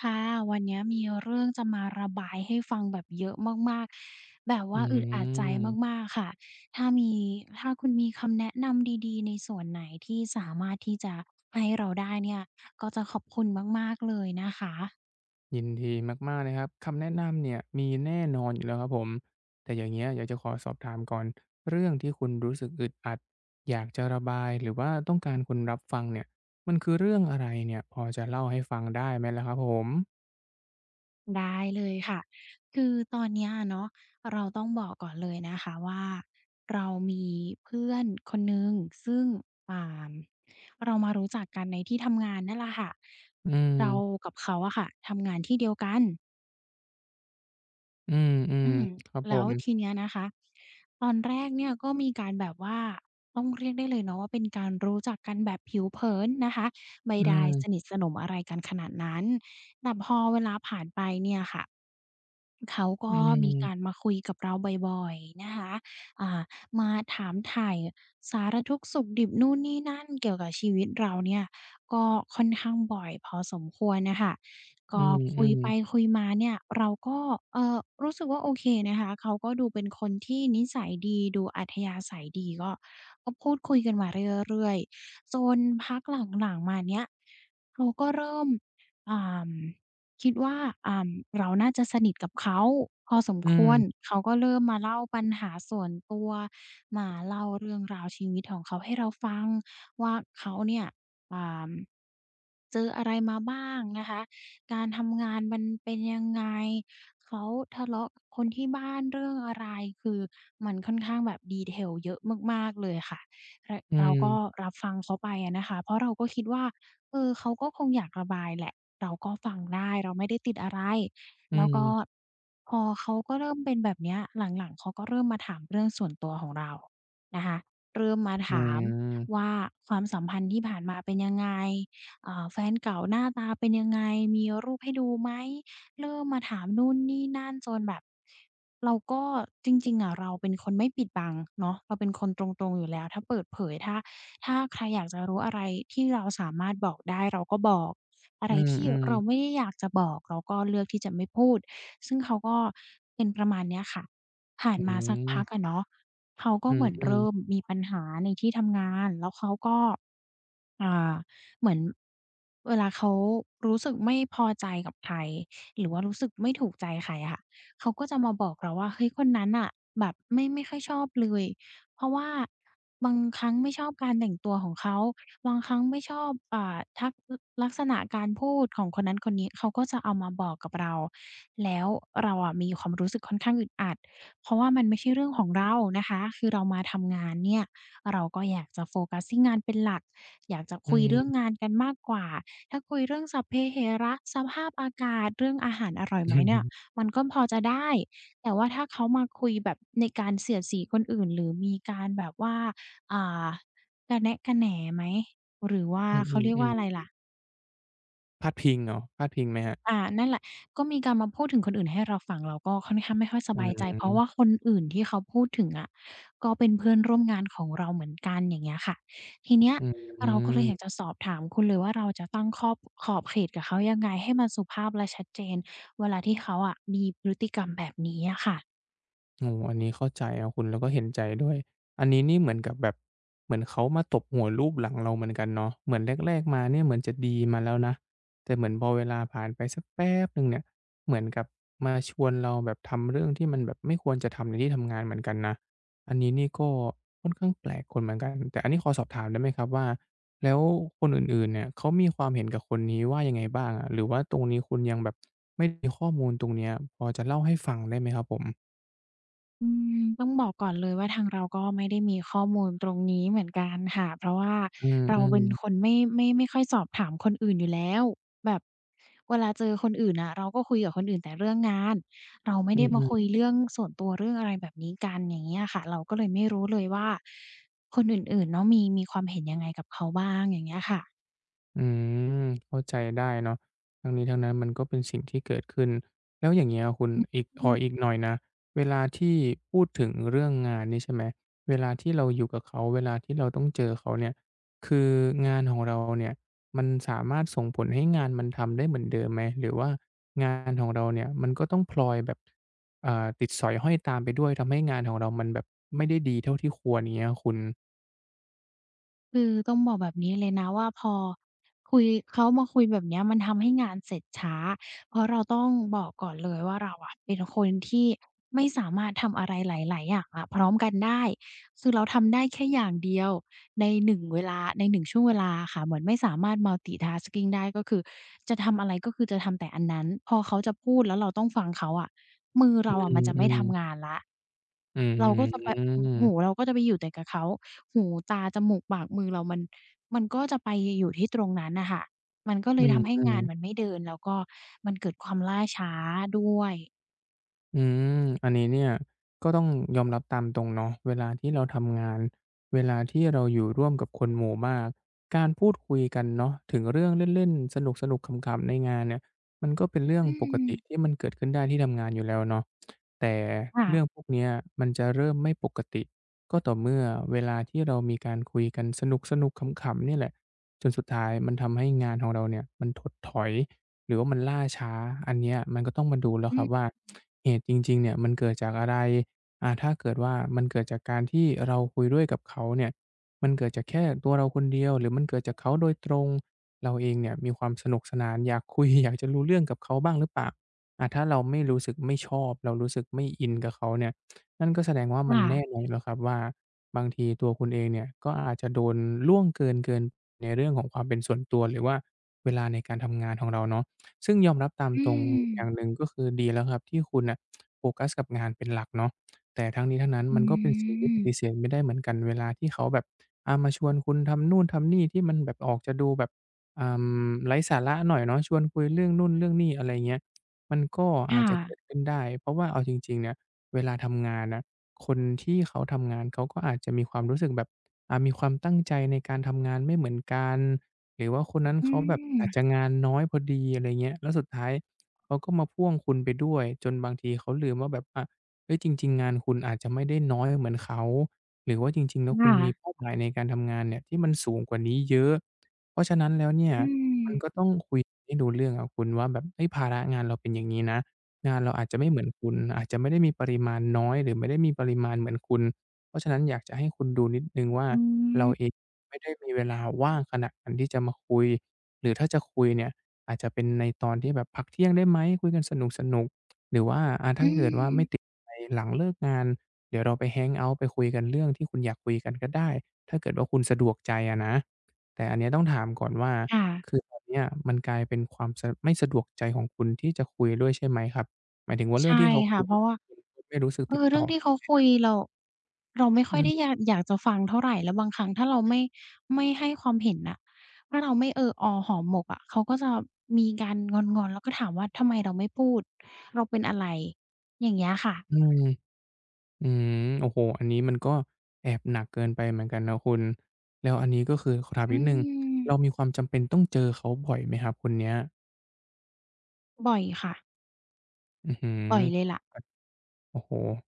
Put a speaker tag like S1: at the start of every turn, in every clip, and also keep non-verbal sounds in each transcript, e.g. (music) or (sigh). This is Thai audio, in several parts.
S1: ค่ะวันเนี้ยมีเรื่องจะมาระบายให้ฟังแบบเยอะมากๆแบบ
S2: อื
S1: ว่าอึดอัดใจ
S2: ม
S1: มากๆค่ะถ้ามีถ้าคุณมีคำแนะนำดีๆในส่วนไหนที่สามารถที่จะให้เราได้เนี่ยก็จะขอบคุณมากๆเลยนะคะ
S2: ยินดีมากๆเลยครับคำแนะนำเนี่ยมีแน่นอนอยู่แล้วครับผมแต่อย่างเงี้ยอยากจะขอสอบถามก่อนเรื่องที่คุณรู้สึกอึดอัดอยากจะระบายหรือว่าต้องการคนรับฟังเนี่ยมันคือเรื่องอะไรเนี่ยพอจะเล่าให้ฟังได้ไหมล่ะครับผม
S1: ได้เลยค่ะ คือตอนเนี้ยเนาะเราต้องบอกก่อนเลยนะคะว่าเรามีเพื่อนคนหนึ่งซึ่งอ่าเรามารู้จักกันในที่ทำงานนั่นแหละค่ะ
S2: อืม
S1: เรากับเขาอะค่ะทำงานที่เดียวกัน
S2: อืมอืม
S1: อืม
S2: ครับผ
S1: แล้ว
S2: ม
S1: ทีเนี้ยนะคะตอนแรกเนี่ยก็มีการแบบว่าต้องเรียกได้เลยเนาะว่าเป็นการรู้จักกันแบบผิวเผินนะคะไม่
S2: อื
S1: ได้สนิท
S2: ม
S1: สนมอะไรกันขนาดนั้นแต่พอเวลาผ่านไปเนี่ยค่ะ เขาก็
S2: อืม
S1: มีการมาคุยกับเราบ่อยๆนะคะอ่ามาถามไถ่สารทุกข์สุขดิบนู่นนี่นั่นเกี่ยวกับชีวิตเราเนี่ยก็ค่อนข้างบ่อยพอสมควรน่ะค่ะ
S2: อื
S1: ก็
S2: ม
S1: คุ
S2: อื
S1: ย
S2: ม
S1: ไปคุยมาเนี่ยเราก็เอ่อรู้สึกว่าโอเคนะคะเขาก็ดูเป็นคนที่นิสัยดีดูอัธยาศัยดีก็พูดคุยกันมาเรื่อยๆจนพักหลังๆมาเนี่ยเขาก็เริ่มอ่า คิดว่าอ่าเราน่าจะสนิทกับเขาพอสม
S2: อื
S1: ควร
S2: ม
S1: เขาก็เริ่มมาเล่าปัญหาส่วนตัวมาเล่าเรื่องราวชีวิตของเขาให้เราฟังว่าเขาเนี่ยอ่าเจออะไรมาบ้างนะคะการทำงานมันเป็นยังไงเขาทะเลาะกับคนที่บ้านเรื่องอะไรคือมันค่อนข้างแบบ detail เยอะมากๆเลยค่ะร
S2: อื
S1: เรา
S2: ม
S1: ก็รับฟังเขาไปอะนะคะเพราะเราก็คิดว่า เออเขาก็คงอยากระบายแหละเราก็ฟังได้เราไม่ได้ติดอะไร
S2: อื
S1: แล้วก็
S2: ม
S1: พอเขาก็เริ่มเป็นแบบเนี้ยหลังๆเขาก็เริ่มมาถามเรื่องส่วนตัวของเรานะคะเริ่มมา
S2: อื
S1: ถาม
S2: ม
S1: ว่าความสัมพันธ์ที่ผ่านมาเป็นยังไงอ่าแฟนเก่าหน้าตาเป็นยังไงมีรูปให้ดูไหมเริ่มมาถามนู่นนี่นั่นจนแบบเราก็จริงๆอะเราเป็นคนไม่ปิดบังเนาะเราเป็นคนตรงๆอยู่แล้วถ้าเปิดเผยถ้าใครอยากจะรู้อะไรที่เราสามารถบอกได้เราก็บอกอะไร
S2: อื
S1: ที่เรา
S2: ม
S1: ไม่ได้อยากจะบอกเราก็เลือกที่จะไม่พูดซึ่งเขาก็เป็นประมาณเนี้ยค่ะผ่าน
S2: อื
S1: มาสักพักอะ
S2: ม
S1: เนาะเขาก็
S2: อื
S1: เห
S2: ม
S1: มือน
S2: อืม
S1: เริ่มมีปัญหาในที่ทำงานแล้วเขาก็ อ่าเหมือนเวลาเขารู้สึกไม่พอใจกับใครหรือว่ารู้สึกไม่ถูกใจใครอะค่ะเขาก็จะมาบอกเราว่าเฮ้ยคนนั้นน่ะแบบไม่ค่อยชอบเลยเพราะว่าบางครั้งไม่ชอบการแต่งตัวของเขาบางครั้งไม่ชอบทักลลักษณะการพูดของคนนั้นคนนี้เขาก็จะเอามาบอกกับเราแล้วเราอะมีความรู้สึกค่อนข้างอึดอัดเพราะว่ามันไม่ใช่เรื่องของเรานะคะคือเรามาทำงานเนี่ย เราก็อยากจะโฟกัสที่งานเป็นหลัก อยากจะ
S2: อื
S1: คุยเรื่อง
S2: ม
S1: งานกันมากกว่า ถ้าคุยเรื่องสัพเพเหระสภาพอากาศ เรื่องอาหารอร่อยไหมเนี่ยมันก็พอจะได้แต่ว่าถ้าเขามาคุยแบบในการเสียดสีคนอื่นหรือมีการแบบว่าอ่ากะแนะกะแหนไหมหรือว่า
S2: อืมอื
S1: เขา
S2: ม
S1: เรียก
S2: อืม
S1: ว่าอะ
S2: อื
S1: ไร
S2: ม
S1: ล่ะ
S2: พาดพิงเหรอพาดพิงไหมครับ
S1: อ่านั่นแหละก็มีการมาพูดถึงคนอื่นให้เราฟังเราก็ค่อนข้างไม่ค่อยส
S2: อื
S1: บายใจเพราะว่า
S2: ม
S1: คนอื่นที่เขาพูดถึงอะก็เป็นเพื่อนร่วมงานของเราเหมือนกันอย่างเงี้ยค่ะทีเนี้ย
S2: อื
S1: เราก็เลย
S2: ม
S1: อยากจะสอบถามคุณเลยว่าเราจะตั้งขอบขอบเขตกับเขายังไงให้มันสุภาพและชัดเจนเวลาที่เขาอะมีพฤติกรรมแบบนี้อะค่ะ
S2: โอ้โฮอันนี้เข้าใจครับคุณแล้วก็เห็นใจด้วย อันนี้นี่เหมือนกับแบบเหมือนเขามาตบหัวลูบหลังเราเหมือนกันเนาะเหมือนแรกๆมาเนี่ยเหมือนจะดีมาแล้วนะแต่เหมือนพอเวลาผ่านไปสักแป๊บหนึ่งเนี่ยเหมือนกับมาชวนเราแบบทำเรื่องที่มันแบบไม่ควรจะทำในที่ทำงานเหมือนกันนะอันนี้นี่ก็ค่อนข้างแปลกคนเหมือนกัน แต่อันนี้ขอสอบถามได้ไหมครับว่าแล้วคนอื่นๆเนี่ยเขามีความเห็นกับคนนี้ว่ายังไงบ้างอะหรือว่าตรงนี้คุณยังแบบไม่มีข้อมูลตรงเนี้ยพอจะเล่าให้ฟังได้ไหมครับผม
S1: อืมต้องบอกก่อนเลยว่าทางเราก็ไม่ได้มีข้อมูลตรงนี้เหมือนกันค่ะเพราะว่า
S2: อืม
S1: เรา
S2: อืม
S1: เป็นคนไม่ค่อยสอบถามคนอื่นอยู่แล้วแบบเวลาเจอคนอื่นน่ะเราก็คุยกับคนอื่นแต่เรื่องงานเราไม่
S2: อื
S1: ได้มา
S2: ม
S1: คุย
S2: ๆ
S1: เรื่องส่วนตัวเรื่องอะไรแบบนี้กันอย่างเงี้ยค่ะเราก็เลยไม่รู้เลยว่าคนอื่นๆเนาะมีความเห็นยังไงกับเขาบ้างอย่างเงี้ยค่ะ
S2: อืมเข้าใจได้เนาะทั้งนี้ทั้งนั้นมันก็เป็นสิ่งที่เกิดขึ้นแล้วอย่างเงี้ยคุณอีกขออีกหน่อยนะเวลาที่พูดถึงเรื่องงานนี่ใช่ไหมเวลาที่เราอยู่กับเขาเวลาที่เราต้องเจอเขาเนี่ยคืองานของเราเนี่ยมันสามารถส่งผลให้งานมันทำได้เหมือนเดิมไหมหรือว่างานของเราเนี่ยมันก็ต้องพลอยแบบติดสอยห้อยตามไปด้วยทำให้งานของเรามันแบบไม่ได้ดีเท่าที่ควรอย่างเงี้ยคุณ
S1: คือต้องบอกแบบนี้เลยนะว่าพอคุยเขามาคุยแบบเนี้ยมันทำให้งานเสร็จช้าเพราะเราต้องบอกก่อนเลยว่าเราอะเป็นคนที่ไม่สามารถทำอะไรหลายๆอย่างอะพร้อมกันได้คือเราทำได้แค่อย่างเดียวในหนึ่งเวลาในหนึ่งช่วงเวลาอะค่ะเหมือนไม่สามารถ multitasking ได้ก็คือจะทำอะไรก็คือจะทำแต่อันนั้นพอเขาจะพูดแล้วเราต้องฟังเขาอะ มือ
S2: อื
S1: เราอะมันจะไม่
S2: ม
S1: ทำงา
S2: ๆ
S1: นแล้ว
S2: อื
S1: เราก็จะไป
S2: ม
S1: หูเราก็จะไปอยู่แต่กับเขา หู ตา จมูกปากมือเรามันก็จะไปอยู่ที่ตรงนั้นน่ะค่ะมันก็เล
S2: อื
S1: ย
S2: ม
S1: ทำให้
S2: อืม
S1: งานมันไม่เดินแล้วก็มันเกิดความล่าช้าด้วย
S2: อืมอันนี้เนี่ยก็ต้องยอมรับตามตรงเนาะเวลาที่เราทำงานเวลาที่เราอยู่ร่วมกับคนหมู่มากการพูดคุยกันเนาะถึงเรื่องเล่นๆสนุกๆขำๆในงานเนี่ยมันก็เป็นเรื่อง
S1: อื
S2: ปกติ
S1: ม
S2: ที่มันเกิดขึ้นได้ที่ทำงานอยู่แล้วเนาะแต่
S1: ค่ะ
S2: เรื่องพวกเนี้ยมันจะเริ่มไม่ปกติก็ต่อเมื่อเวลาที่เรามีการคุยกันสนุกๆขำๆเนี่ยแหละจนสุดท้ายมันทำให้งานของเราเนี่ยมันถดถอย หรือว่ามันล่าช้าอันเนี้ยมันก็ต้องมาดูแล้ว
S1: อื
S2: ครับ
S1: ม
S2: ว่าเหตุจริงๆเนี่ยมันเกิดจากอะไรถ้าเกิดว่ามันเกิดจากการที่เราคุยด้วยกับเขาเนี่ยมันเกิดจากแค่ตัวเราคนเดียวหรือมันเกิดจากเขาโดยตรงเราเองเนี่ยมีความสนุกสนานอยากคุย (laughs) อยากจะรู้เรื่องกับเขาบ้างหรือเปล่าถ้าเราไม่รู้สึกไม่ชอบเรารู้สึกไม่อินกับเขาเนี่ยนั่นก็แสดงว่ามันแน่
S1: ค่ะ
S2: นอนอยู่แล้วครับว่าบางทีตัวคุณเองเนี่ยก็อาจจะโดนล่วงเกินในเรื่องของความเป็นส่วนตัวหรือว่าเวลาในการทำงานของเราเนาะ ซึ่งยอมรับตาม
S1: อื
S2: ตรง
S1: ม
S2: อย่างหนึ่งก็คือดีแล้วครับที่คุณน่ะโฟกัสกับงานเป็นหลักเนาะแต่ทั้งนี้ทั้งนั้น
S1: อื
S2: มันก็เป็นสิ่งที่ป
S1: ม
S2: ฏิเสธไม่ได้เหมือนกันเวลาที่เขาแบบมาชวนคุณทำนู่นทำนี่ที่มันแบบออกจะดูแบบอ่าไร้สาระหน่อยเนาะชวนคุยเรื่องนู่นเรื่องนี่อะไรเงี้ยมันก็อา
S1: ค่ะ
S2: จจะเกิดขึ้นได้เพราะว่าเอาจริงๆเนี่ยเวลาทำงานน่ะคนที่เขาทำงานเขาก็อาจจะมีความรู้สึกแบบมีความตั้งใจในการทำงานไม่เหมือนกัน หรือว่าคนนั้น
S1: อื
S2: เขาแบบ
S1: ม
S2: อาจจะงานน้อยพอดีอะไรเงี้ยแล้วสุดท้ายเขาก็มาพ่วงคุณไปด้วยจนบางทีเขาลืมว่าแบบอะเฮ้ยจริงๆงานคุณอาจจะไม่ได้น้อยเหมือนเขาหรือว่าจริงๆแล้วคุ
S1: ค่ะ
S2: ณมีเป้าหมายในการทำงานเนี่ยที่มันสูงกว่านี้เยอะเพราะฉะนั้นแล้วเนี่ย
S1: อืม
S2: มันก็ต้องคุยให้รู้เรื่องอะคุณว่าแบบเฮ้ยภาระงานเราเป็นอย่างงี้นะงานเราอาจจะไม่เหมือนคุณอาจจะไม่ได้มีปริมาณน้อยหรือไม่ได้มีปริมาณเหมือนคุณ เพราะฉะนั้นอยากจะให้คุณดูนิดหนึ่งว่า
S1: อื
S2: เรา
S1: ม
S2: เองไม่ได้มีเวลาว่างขนาดนั้นที่จะมาคุยหรือถ้าจะคุยเนี่ยอาจจะเป็นในตอนที่แบบพักเที่ยงได้ไหมคุยกันสนุกๆหรือว่า
S1: อื
S2: ถ้าเกิดว่าไม่ติ
S1: ม
S2: ดอะไรหลังเลิกงานเดี๋ยวเราไปแฮงเอาต์ไปคุยกันเรื่องที่คุณอยากคุยกันก็ได้ถ้าเกิดว่าคุณสะดวกใจอะนะแต่อันเนี้ยต้องถามก่อนว่า
S1: ค่ะ
S2: คือตอนเนี้ยมันกลายเป็นความไม่สะดวกใจของคุณที่จะคุยด้วยใช่ไหมครับหมายถึงว่าเรื่อ
S1: ใช่
S2: งที่เขา
S1: ค่ะ
S2: คุย
S1: เพราะว่า
S2: คุณก็ไม่รู้สึก
S1: เอ
S2: ติด
S1: อเรื่อ
S2: ต่
S1: ง
S2: อ
S1: ที่
S2: ใช่
S1: เขา
S2: ไหม
S1: คุยเราไม่ค่อยได้อยากจะฟังเท่าไรแล้วบางครั้งถ้าเราไม่ไม่ให้ความเห็นน่ะถ้าเราไม่เออออหอมหมกอะเขาก็จะมีการงอนๆแล้วก็ถามว่าทำไมเราไม่พูดเราเป็นอะไรอย่างเงี้ยค่ะ
S2: อืม อืมโอ้โฮอันนี้มันก็แอบหนักเกินไปเหมือนกันนะคุณ แล้วอันนี้ก็คือขอถาม
S1: อื
S2: นิดหนึ่ง
S1: ม
S2: เรามีความจำเป็นต้องเจอเขาบ่อยไหมครับคนเนี้ย
S1: บ่อยค่ะ
S2: อื้อฮื
S1: บ่
S2: อ
S1: อยเลยล่ะ
S2: โอ้โห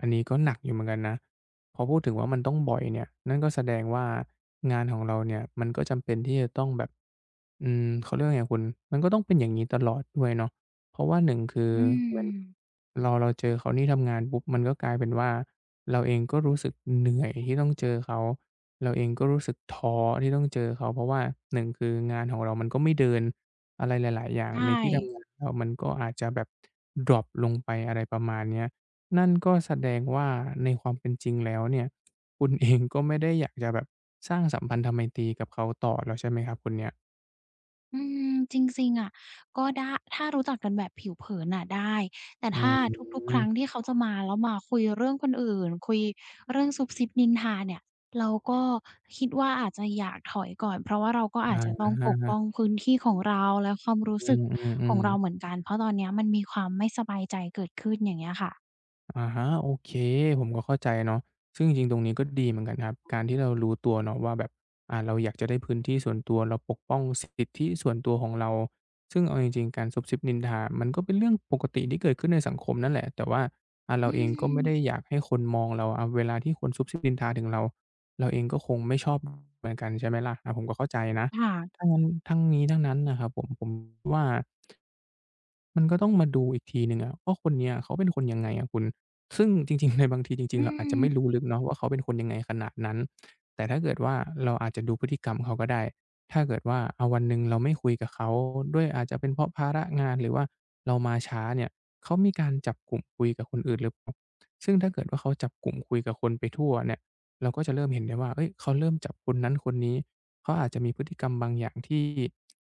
S2: อันนี้ก็หนักอยู่เหมือนกันนะพอพูดถึงว่ามันต้องบ่อยเนี่ยนั่นก็แสดงว่างานของเราเนี่ยมันก็จำเป็นที่จะต้องแบบเขาเรียกว่าไงคุณมันก็ต้องเป็นอย่างนี้ตลอดด้วยเนาะเพราะว่า1คือ
S1: อื
S2: เหมือน
S1: ม
S2: เราเจอเขาที่ทำงานปุ๊บมันก็กลายเป็นว่าเราเองก็รู้สึกเหนื่อยที่ต้องเจอเขาเราเองก็รู้สึกท้อที่ต้องเจอเขาเพราะว่าหนึ่งคืองานของเรามันก็ไม่เดินอะไรหลายๆอย่าง
S1: ใช่
S2: ในที่ทำงานเรามันก็อาจจะแบบดร็อปลงไปอะไรประมาณเนี้ย นั่นก็แสดงว่าในความเป็นจริงแล้วเนี่ยคุณเองก็ไม่ได้อยากจะแบบสร้างสัมพันธไมตรีกับเขาต่อแล้วใช่ไหมครับคุณเนี่ย
S1: อืมจริงๆอะก็ได้ถ้ารู้จักกันแบบผิวเผินน่ะได้แต่
S2: อื
S1: ถ้าทุกๆครั้ง
S2: ม
S1: ที่เขาจะมาแล้วมาคุยเรื่องคนอื่นคุยเรื่องซุบซิบนินทาเนี่ยเราก็คิดว่าอาจจะอยากถอยก่อนเพราะว่าเราก็อาจ
S2: อ
S1: จะต้องปก
S2: า
S1: ป้องพื้นที่ของเราและความรู้
S2: ๆอื
S1: สึกของ
S2: มๆ
S1: เราเหมือ
S2: ๆ
S1: นกันเพราะตอนเนี้ยมันมีความไม่สบายใจเกิดขึ้นอย่างเงี้ยค่ะ
S2: อะฮะโอเคผมก็เข้าใจเนาะซึ่งจริงๆตรงนี้ก็ดีเหมือนกันครับการที่เรารู้ตัวเนาะว่าแบบเราอยากจะได้พื้นที่ส่วนตัวเราปกป้องสิทธิส่วนตัวของเราซึ่งเอาจริงๆการซุบซิบนินทามันก็เป็นเรื่องปกติที่เกิดขึ้นในสังคมนั่นแหละแต่ว่าเรา
S1: อื
S2: เองก็ไม่ได้
S1: ม
S2: อยากให้คนมองเราเวลาที่คนซุบซิบนินทาถึงเราเราเองก็คงไม่ชอบเหมือนกันใช่ไหมล่ะผมก็เข้าใจนะ
S1: ค่ะ
S2: ถ้างั้นทั้งนี้ทั้งนั้นน่ะครับผมว่า มันก็ต้องมาดูอีกทีหนึ่งอะว่าคนเนี้ยเขาเป็นคนยังไงอะคุณ ซึ่ง (laughs) จริงๆในบางทีจริง
S1: อื
S2: ๆเราอาจจะ
S1: ม
S2: ไม่รู้ลึกเนาะว่าเขาเป็นคนยังไงขนาดนั้น แต่ถ้าเกิดว่าเราอาจจะดูพฤติกรรมเขาก็ได้ถ้าเกิดว่าวันหนึ่งเราไม่คุยกับเขาด้วยอาจจะเป็นเพราะภาระงานหรือว่าเรามาช้าเนี่ย เขามีการจับกลุ่มคุยกับคนอื่นหรือเปล่าซึ่งถ้าเกิดว่าเขาจับกลุ่มคุยกับคนไปทั่วเนี่ย เราก็จะเริ่มเห็นได้ว่า เฮ้ยเขาเริ่มจับคนนั้นคนนี้เขาอาจจะมีพฤติกรรมบางอย่างที่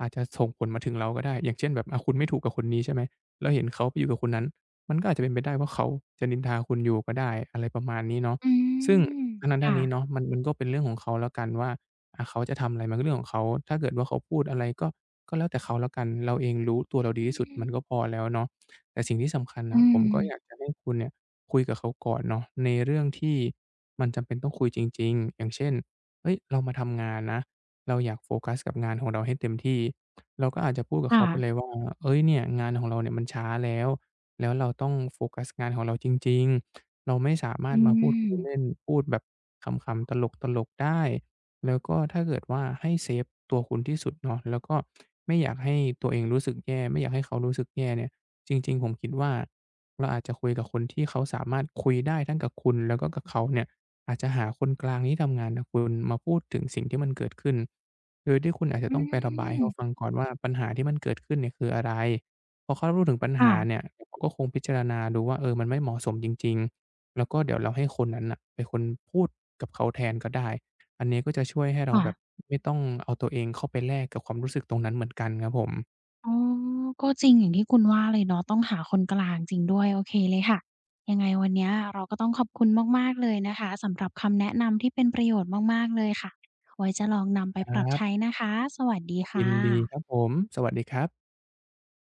S2: อาจจะส่งผลมาถึงเราก็ได้ อย่างเช่นแบบคุณไม่ถูกกับคนนี้ใช่ไหมแล้วเห็นเขาไปอยู่กับคนนั้น มันก็อาจจะเป็นไปได้ว่าเขาจะนินทาคุณอยู่ก็ได้อะไรประมาณนี้เนาะ
S1: อื
S2: ซึ่ง
S1: ม
S2: ทั้งนั้นทั้ง
S1: ค่ะ
S2: นี้เนาะมันก็เป็นเรื่องของเขาแล้วกันว่าเขาจะทำอะไรมันก็เรื่องของเขาถ้าเกิดว่าเขาพูดอะไรก็แล้วแต่เขาแล้วกัน เราเองรู้ตัวเราดี
S1: อื
S2: ที่สุด
S1: ม
S2: มันก็พอแล้วเนาะ แต่สิ่งที่สำคัญ
S1: อื
S2: น่ะผ
S1: ม
S2: มก็อยากจะให้คุณเนี่ยคุยกับเขาก่อนเนาะในเรื่องที่มันจำเป็นต้องคุยจริงๆอย่างเช่นเฮ้ยเรามาทำงานนะเราอยากโฟกัสกับงานของเราให้เต็มที่เราก็อาจจะพูดกับ
S1: ค่ะ
S2: เขาไปเลยว่าเฮ้ยเนี่ยงานของเราเนี่ยมันช้าแล้วแล้วเราต้องโฟกัสงานของเราจริงๆเราไม่สามาร
S1: อื
S2: ถมาพูดคุย
S1: ม
S2: เล่นพูดแบบขำๆตลกๆได้แล้วก็ถ้าเกิดว่าให้เซฟตัวคุณที่สุดเนาะแล้วก็ไม่อยากให้ตัวเองรู้สึกแย่ไม่อยากให้เขารู้สึกแย่เนี่ย จริงๆผมคิดว่าเราอาจจะคุยกับคนที่เขาสามารถคุยได้ทั้งกับคุณแล้วก็กับเขาเนี่ยอาจจะหาคนกลางที่ทำงานกับคุณมาพูดถึงสิ่งที่มันเกิดขึ้นโดยที่คุณอาจจะ
S1: อื
S2: ต้องไประบาย
S1: ม
S2: ให้เขาฟังก่อนว่าปัญหาที่มันเกิดขึ้นเนี่ยคืออะไรพอเขารู้ถึงปัญ
S1: ค่ะ
S2: หาเนี่ยเดี๋ยวเขาก็คงพิจารณาดูว่าเออมันไม่เหมาะสมจริงๆแล้วก็เดี๋ยวเราให้คนนั้นน่ะเป็นคนพูดกับเขาแทนก็ได้อันนี้ก็จะช่วยให้เราแบบ
S1: ค่ะ
S2: ไม่ต้องเอาตัวเองเข้าไปแลกกับความรู้สึกตรงนั้นเหมือนกันครับผม
S1: อ๋อ ก็จริงอย่างที่คุณว่าเลยเนาะต้องหาคนกลางจริงด้วยโอเคเลยค่ะยังไงวันเนี้ยเราก็ต้องขอบคุณมากๆเลยนะคะสำหรับคำแนะนำที่เป็นประโยชน์มากๆเลยค่ะไว้จะลองนำไป
S2: ค
S1: ปรับ
S2: รั
S1: ใช้
S2: บ
S1: นะคะสวัสดี
S2: ยิ
S1: ค่ะ
S2: นดีครับผม สวัสดีครับ